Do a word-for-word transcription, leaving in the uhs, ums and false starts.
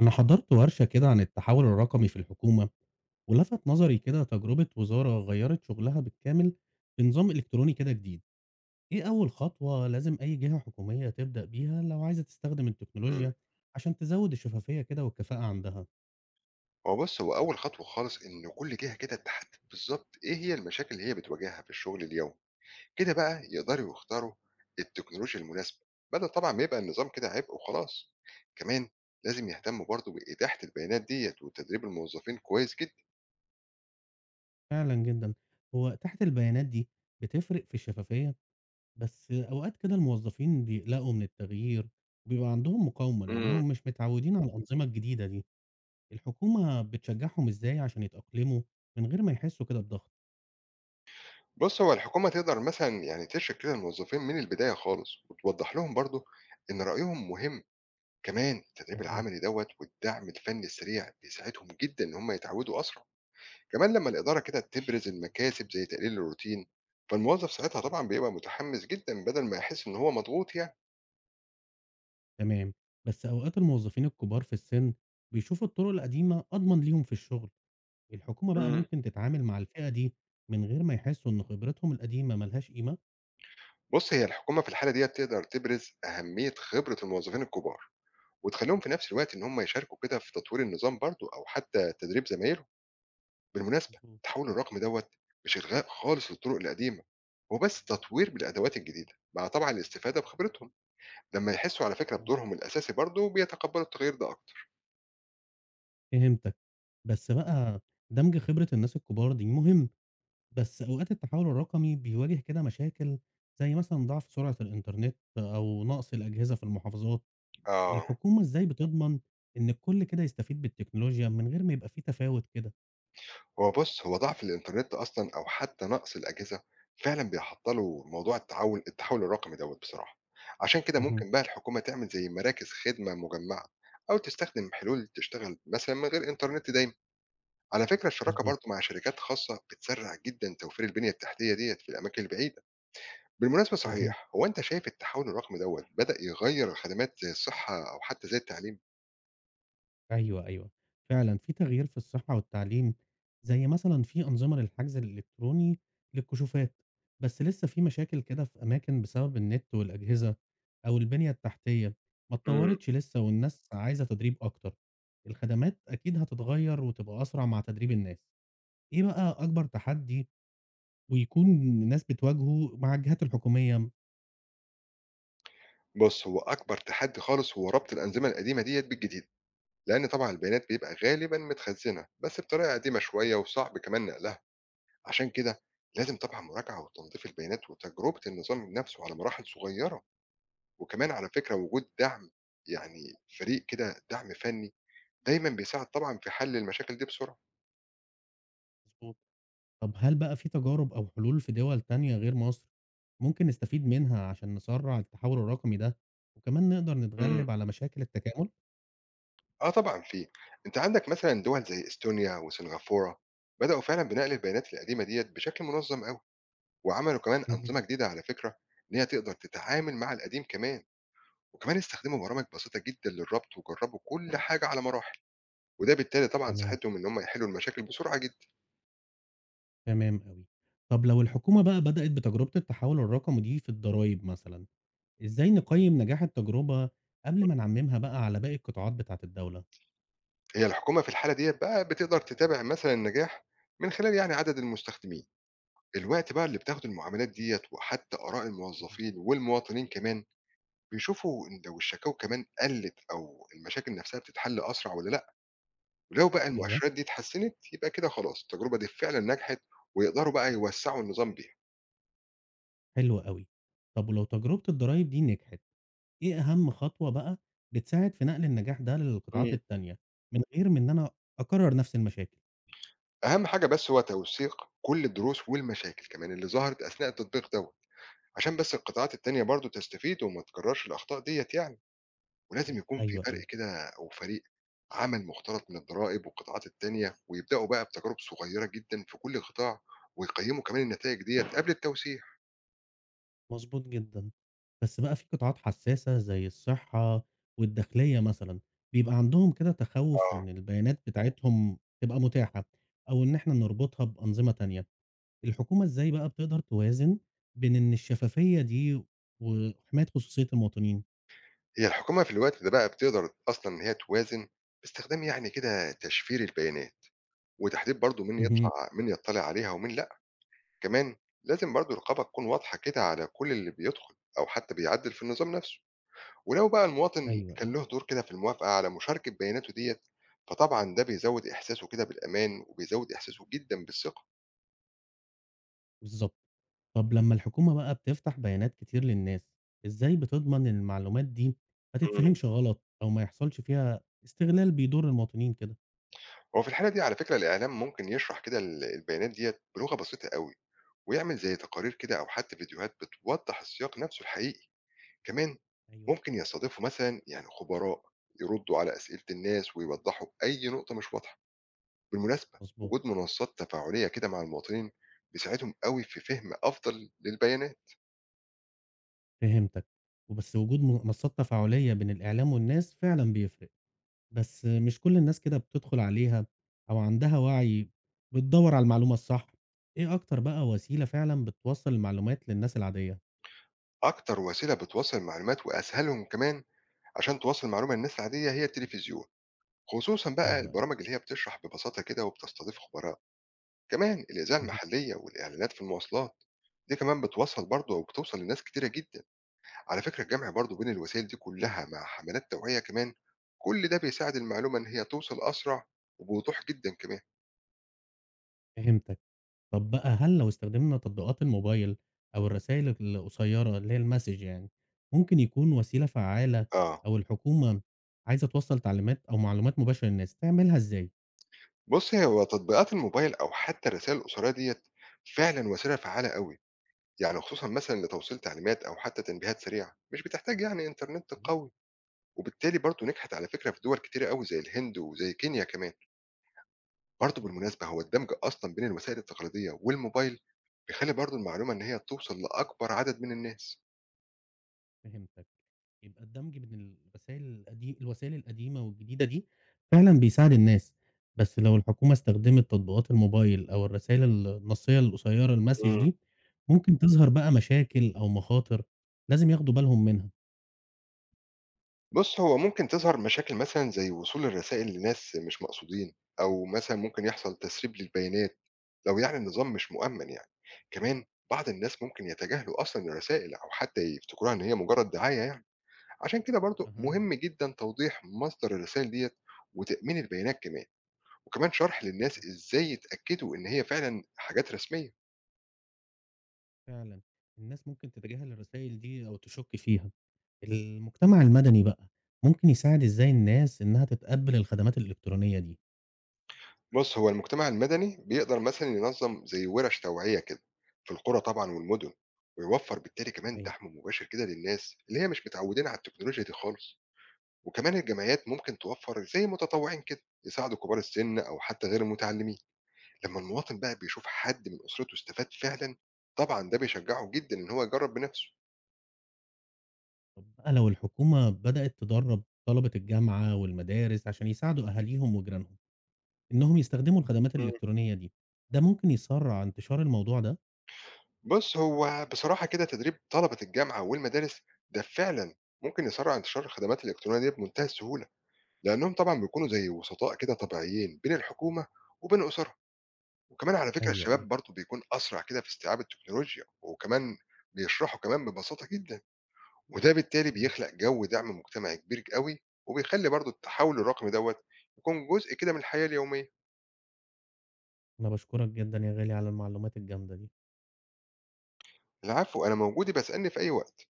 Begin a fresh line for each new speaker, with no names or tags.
أنا حضرت ورشة كده عن التحول الرقمي في الحكومة، ولفت نظري كده تجربة وزارة غيرت شغلها بالكامل بنظام إلكتروني كده جديد. إيه أول خطوة لازم أي جهة حكومية تبدأ بيها لو عايزة تستخدم
إمم.
التكنولوجيا عشان تزود الشفافية كده والكفاءة عندها؟
هو بُص، هو أول خطوة خالص إن كل جهة كده تحدد بالضبط إيه هي المشاكل اللي هي بتواجهها في الشغل اليومي، كده بقى يقدروا يختاروا التكنولوجيا المناسبة، بدل طبعًا ما يبقى النظام كده عبء وخلاص، كمان لازم يهتموا برضه بإتاحة البيانات ديّة وتدريب الموظفين كويس جدًا.
فعلا جدا. هو تحت البيانات دي بتفرق في الشفافية، بس أوقات كده الموظفين بيقلقوا من التغيير وبيبقى عندهم مقاومة
إمم.
لأنهم مش متعودين على الأنظمة الجديدة دي. الحكومة بتشجّعهم إزاي عشان يتأقلموا من غير ما يحسّوا كده بضغط؟
بُص، هو الحكومة تقدر مثلًا يعني تشرِك كده الموظفين من البداية خالص وتوضح لهم برضه إن رأيهم مهم، كمان التدريب
مضبوط.
العملي دوّة والدعم الفني السريع بيساعدهم جدًا إن هم يتعودوا أسرع. كمان لما الإدارة كده تبرز المكاسب زي تقليل الروتين فالموظف ساعتها
اهم.
طبعا بيبقى متحمس جدا بدل ما يحس إن هو مضغوط يعني.
تمام، بس أوقات الموظفين الكبار في السِن بيشوفوا الطرق القديمة أضمن ليهم في الشغل، الحكومة بقى
امم
ممكن تتعامل مع الفئة دي من غير ما يحسّوا إن خبرتهم القديمة ما لهاش قيمة؟
بص هي الحكومة في الحالة دي تقدر تبرز أهمية خبرة الموظفين الكبار وتخليهم في نفس الوقت إن هم يشاركوا كده في تطوير النظام برضو أو حتى تدريب زمايلهم. بالمناسبة
مضبوط.
تحول الرقم دوت مش إلغاء خالص للطرق القديمة، هو بس تطوير بالأدوات الجديدة مع طبعا الاستفادة بخبرتهم. لما يحسوا على فكرة
اهم.
بدورهم الأساسي برضو بيتقبلوا التغيير ده أكتر.
فهمتك، بس بقى دمج خبرة الناس الكبار دي مهم، بس أوقات التحوّل الرقمي بيواجه كده مشاكل زي مثلًا ضعف سرعة الإنترنت أو نقص الأجهزة في المحافظات.
آه
الحكومة إزاي بتضمن إن الكل كده يستفيد بالتكنولوجيا من غير ما يبقى في تفاوت كده؟
هو بُص، هو ضعف الإنترنت أصلًا أو حتى نقص الأجهزة فعلًا بيعطّلوا موضوع التحوّل التحوّل الرقمي دوّة بصراحة، عشان كده
اهم.
ممكن بقى الحكومة تعمل زي مراكز خدمة مجمّعة أو تستخدم حلول تشتغل مثلًا من غير إنترنت دايمًا. على فكرة الشراكة
مضبوط.
برضه مع شركات خاصة بتسرّع جدًا توفير البنية التحتية ديّة في الأماكن البعيدة. بالمناسبة
اهم.
صحيح، هو أنت شايف التحوّل الرقمي دوّة بدأ يغيّر خدمات زي الصحّة أو حتى زي التعليم؟
أيوه، أيوه، فعلًا في تغيير في الصحة والتعليم، زي مثلًا في أنظمة للحجز الإلكتروني للكشوفات، بس لسه في مشاكل كده في أماكن بسبب النت والأجهزة أو البنية التحتية ما
إمم.
اتطورتش لسه والناس عايزة تدريب أكتر. الخدمات أكيد هتتغير وتبقى أسرع مع تدريب الناس. إيه بقى أكبر تحدي ويكون الناس بتواجهه مع الجهات الحكومية؟
بُص، هو أكبر تحدي خالص هو ربط الأنظمة القديمة ديّة بالجديدة. لأن طبعا البيانات بيبقى غالبا متخزنة بس بطريقة قديمة شوية وصعب كمان نقلها. عشان كده لازم طبعا مراجعة وتنظيف البيانات وتجربة النظام نفسه على مراحل صغيرة، وكمان على فكرة وجود دعم، يعني فريق كده دعم فني، دايما بيساعد طبعا في حل المشاكل دي بسرعة.
مضبوط. طب هل بقى في تجارب أو حلول في دول تانية غير مصر ممكن نستفيد منها عشان نسرع التحول الرقمي ده وكمان نقدر
امم
نتغلب على مشاكل التكامل؟
اه طبعا في، انت عندك مثلا دول زي استونيا وسنغافوره بداوا فعلا بنقل البيانات القديمه ديت بشكل منظم قوي، وعملوا كمان
مهم.
انظمه جديده على فكره ان هي تقدر تتعامل مع القديم كمان، وكمان استخدموا برامج بسيطة جدًا للربط وجربوا كل حاجة على مراحل، وده بالتالي طبعًا
تمام،
ساعدهم إن هم يحلوا المشاكل بسرعة جدًا.
تمام أوي. طب لو الحكومة بقى بدأت بتجربة التحول الرقمي دي في الضرايب مثلا، إزاي نقيم نجاح التجربة قبل ما نعممها بقى على باقي القطاعات بتاعة الدولة؟
هي الحكومة في الحالة ديّة بقى بتقدر تتابع مثلًا النجاح من خلال يعني عدد المستخدمين، الوقت بقى اللي بتاخده المعاملات ديّة وحتى آراء
مهم.
الموظفين والمواطنين كمان، بيشوفوا إن لو الشكاوى كمان قلت أو المشاكل نفسها بتتحل أسرع والّا لأ، ولو بقى إمم.
أيوه.
المؤشرات دي اتحسنت يبقى كده خلاص التجربة دي فعلًا نجحت ويقدروا بقى يوسّعوا النظام بيها.
حلو أوي. طب ولو تجربة الضرايب دي نجحت إيه أهم خطوة بقى بتساعد في نقل النجاح ده للقطاعات
إمم.
التانية، من غير ما إن أنا أكرر نفس المشاكل؟
أهم حاجة بس هو توثيق كل الدروس والمشاكل كمان اللي ظهرت أثناء التطبيق دوت، عشان بس القطاعات التانية برضو تستفيد وما تكررش الأخطاء ديت يعني. ولازم يكون
أي
في
أيوه،
فرق
أيوه.
كده أو فريق عمل مختلط من الضرائب والقطاعات التانية ويبدأوا بقى بتجارب صغيرة جدا في كل قطاع ويقيموا كمان النتائج ديت قبل التوسيع.
مضبوط جدًا. بس بقى في قطاعات حساسة زي الصحة والداخلية مثلًا، بيبقى عندهم كده تخوّف
آه
إن البيانات بتاعتهم تبقى متاحة، أو إن إحنا نربطها بأنظمة تانية. الحكومة إزاي بقى بتقدر توازن بين إن الشفافية دي وحماية خصوصية المواطنين؟
هي الحكومة في الوقت ده بقى بتقدر أصلا إن هي توازن باستخدام يعني كده تشفير البيانات وتحديد برضو مين
اهم.
يطلع مين يطلع عليها ومين. كمان لازم برضو الرقابة تكون واضحة كده على كل اللي بيدخل أو حتى بيعدل في النظام نفسه. ولو بقى المواطن
أيوه،
كان
أيوه.
له دور كده في الموافقة على مشاركة بياناته ديت فطبعا ده بيزود إحساسه كده بالأمان وبيزود إحساسه جدا بالثقة.
بالضبط. طب لما الحكومة بقى بتفتح بيانات كتير للناس، إزاي بتضمن إن المعلومات دي ما
مم.
تتفهمش غلط أو ما يحصلش فيها استغلال بيضر المواطنين كده؟
هو في الحالة دي على فكرة الإعلام ممكن يشرح كده ال- البيانات ديت بلغة بسيطة قوي ويعمل زي تقارير كده أو حتى فيديوهات بتوضح السياق نفسه الحقيقي. كمان
ايوه.
ممكن يستضيفوا مثلا يعني خبراء يردوا على أسئلة الناس ويوضحوا أي نقطة مش واضحة. بالمناسبة
مظبوط.
وجود منصات تفاعلية كده مع المواطنين بيساعدهم قوي في فهم أفضل للبيانات.
فهمتك. وبس وجود منصات تفاعلية بين الإعلام والناس فعلا بيفرق، بس مش كل الناس كده بتدخل عليها أو عندها وعي بتدور على المعلومة الصح. إيه أكتر بقى وسيلة فعلا بتوصل المعلومات للناس العادية؟
أكتر وسيلة بتوصل المعلومات وأسهلهم كمان عشان توصل معلومة للناس العادية هي التلفزيون، خصوصا بقى
ايوه، ايوه.
البرامج اللي هي بتشرح ببساطة كده وبتستضيف خبراء. كمان الإذاعة
مهم.
المحلية والإعلانات في المواصلات دي كمان بتوصل برضه وبتوصل لناس كتيرة جدا. على فكرة الجمع برضه بين الوسائل دي كلها مع حملات توعية كمان كل ده بيساعد المعلومة إن هي توصل أسرع وبوضوح جدا كمان.
فهمتك. طب بقى هل لو استخدمنا تطبيقات الموبايل أو الرسائل القصيرة اللي هي المسج يعني، ممكن يكون وسيلة فعّالة
آه
أو الحكومة عايزة توصّل تعليمات أو معلومات مباشرة للناس، تعملها إزاي؟
بُصّي، هو تطبيقات الموبايل أو حتى الرسايل القصيرة ديّة فعلًا وسيلة فعّالة أوي، يعني خصوصًا مثلًا لتوصيل تعليمات أو حتى تنبيهات سريعة، مش بتحتاج يعني إنترنت
أيوه،
قوي، وبالتالي برضه نجحت على فكرة في دول كتيرة أوي زي الهند وزي كينيا كمان. برضه
أيوه.
بالمناسبة هو الدمج أصلًا بين الوسائل التقليدية والموبايل بيخلّي برضه المعلومة إن هي توصل لأكبر عدد من الناس.
فهمتك. يبقى الدمج بين الرسايل القدي الوسائل القديمة والجديدة دي فعلًا بيساعد الناس، بس لو الحكومة استخدمت تطبيقات الموبايل أو الرسايل ال النصية القصيرة المسج
إمم.
دي، ممكن تظهر بقى مشاكل أو مخاطر لازم ياخدوا بالهم منها.
بُص، هو ممكن تظهر مشاكل مثلًا زي وصول الرسائل لناس مش مقصودين، أو مثلًا ممكن يحصل تسريب للبيانات لو يعني النظام مش مؤمن يعني. كمان بعض الناس ممكن يتجاهلوا أصلًا الرسائل أو حتى يفتكروها إن هي مجرد دعاية يعني، عشان كده برضه
أها.
مهم جدًا توضيح مصدر الرسائل ديّة وتأمين البيانات كمان، وكمان شرح للناس
بالضبط.
إزاي يتأكدوا إن هي فعلًا حاجات رسمية.
فعلًا، الناس ممكن تتجاهل الرسايل دي أو تشُك فيها. المجتمع المدني بقى، ممكن يساعد إزاي الناس إنها تتقبل الخدمات الإلكترونية دي؟
بُص، هو المجتمع المدني بيقدر مثلًا ينظم زي ورش توعية كده في القرى طبعًا والمدن، ويوفر بالتالي كمان
أيوه.
دعم مباشر كده للناس اللي هي مش متعودين على التكنولوجيا دي خالص. وكمان الجمعيات ممكن توفر زي متطوعين كده يساعدوا كبار السن او حتى غير المتعلمين. لما المواطن بقى بيشوف حد من اسرته استفاد فعلا طبعا ده بيشجعه جدا ان هو يجرب بنفسه.
طب بقى لو الحكومة بدأت تدرّب طلبة الجامعة والمدارس عشان يساعدوا أهاليهم وجيرانهم إنهم يستخدموا الخدمات
مم.
الإلكترونية دي، ده ممكن يسرّع انتشار الموضوع ده؟
بص هو بصراحه كده تدريب طلبه الجامعه والمدارس ده فعلا ممكن يسرع انتشار الخدمات الالكترونيه دي بمنتهى السهوله، لانهم طبعا بيكونوا زي وسطاء كده طبيعيين بين الحكومه وبين اسرهم. وكمان على فكره
أيوه،
الشباب
أيوه.
برضه بيكون اسرع كده في استيعاب التكنولوجيا وكمان بيشرحوا كمان ببساطه جدا وده بالتالي
اهم.
بيخلق جو دعم مجتمعي كبير قوي وبيخلي برضو التحول الرقمي دوت يكون جزء كده من الحياة اليومية.
أنا باشكرك جدًا يا غالي على المعلومات الجامدة دي.
العفو أنا موجود بسألني في أي وقت.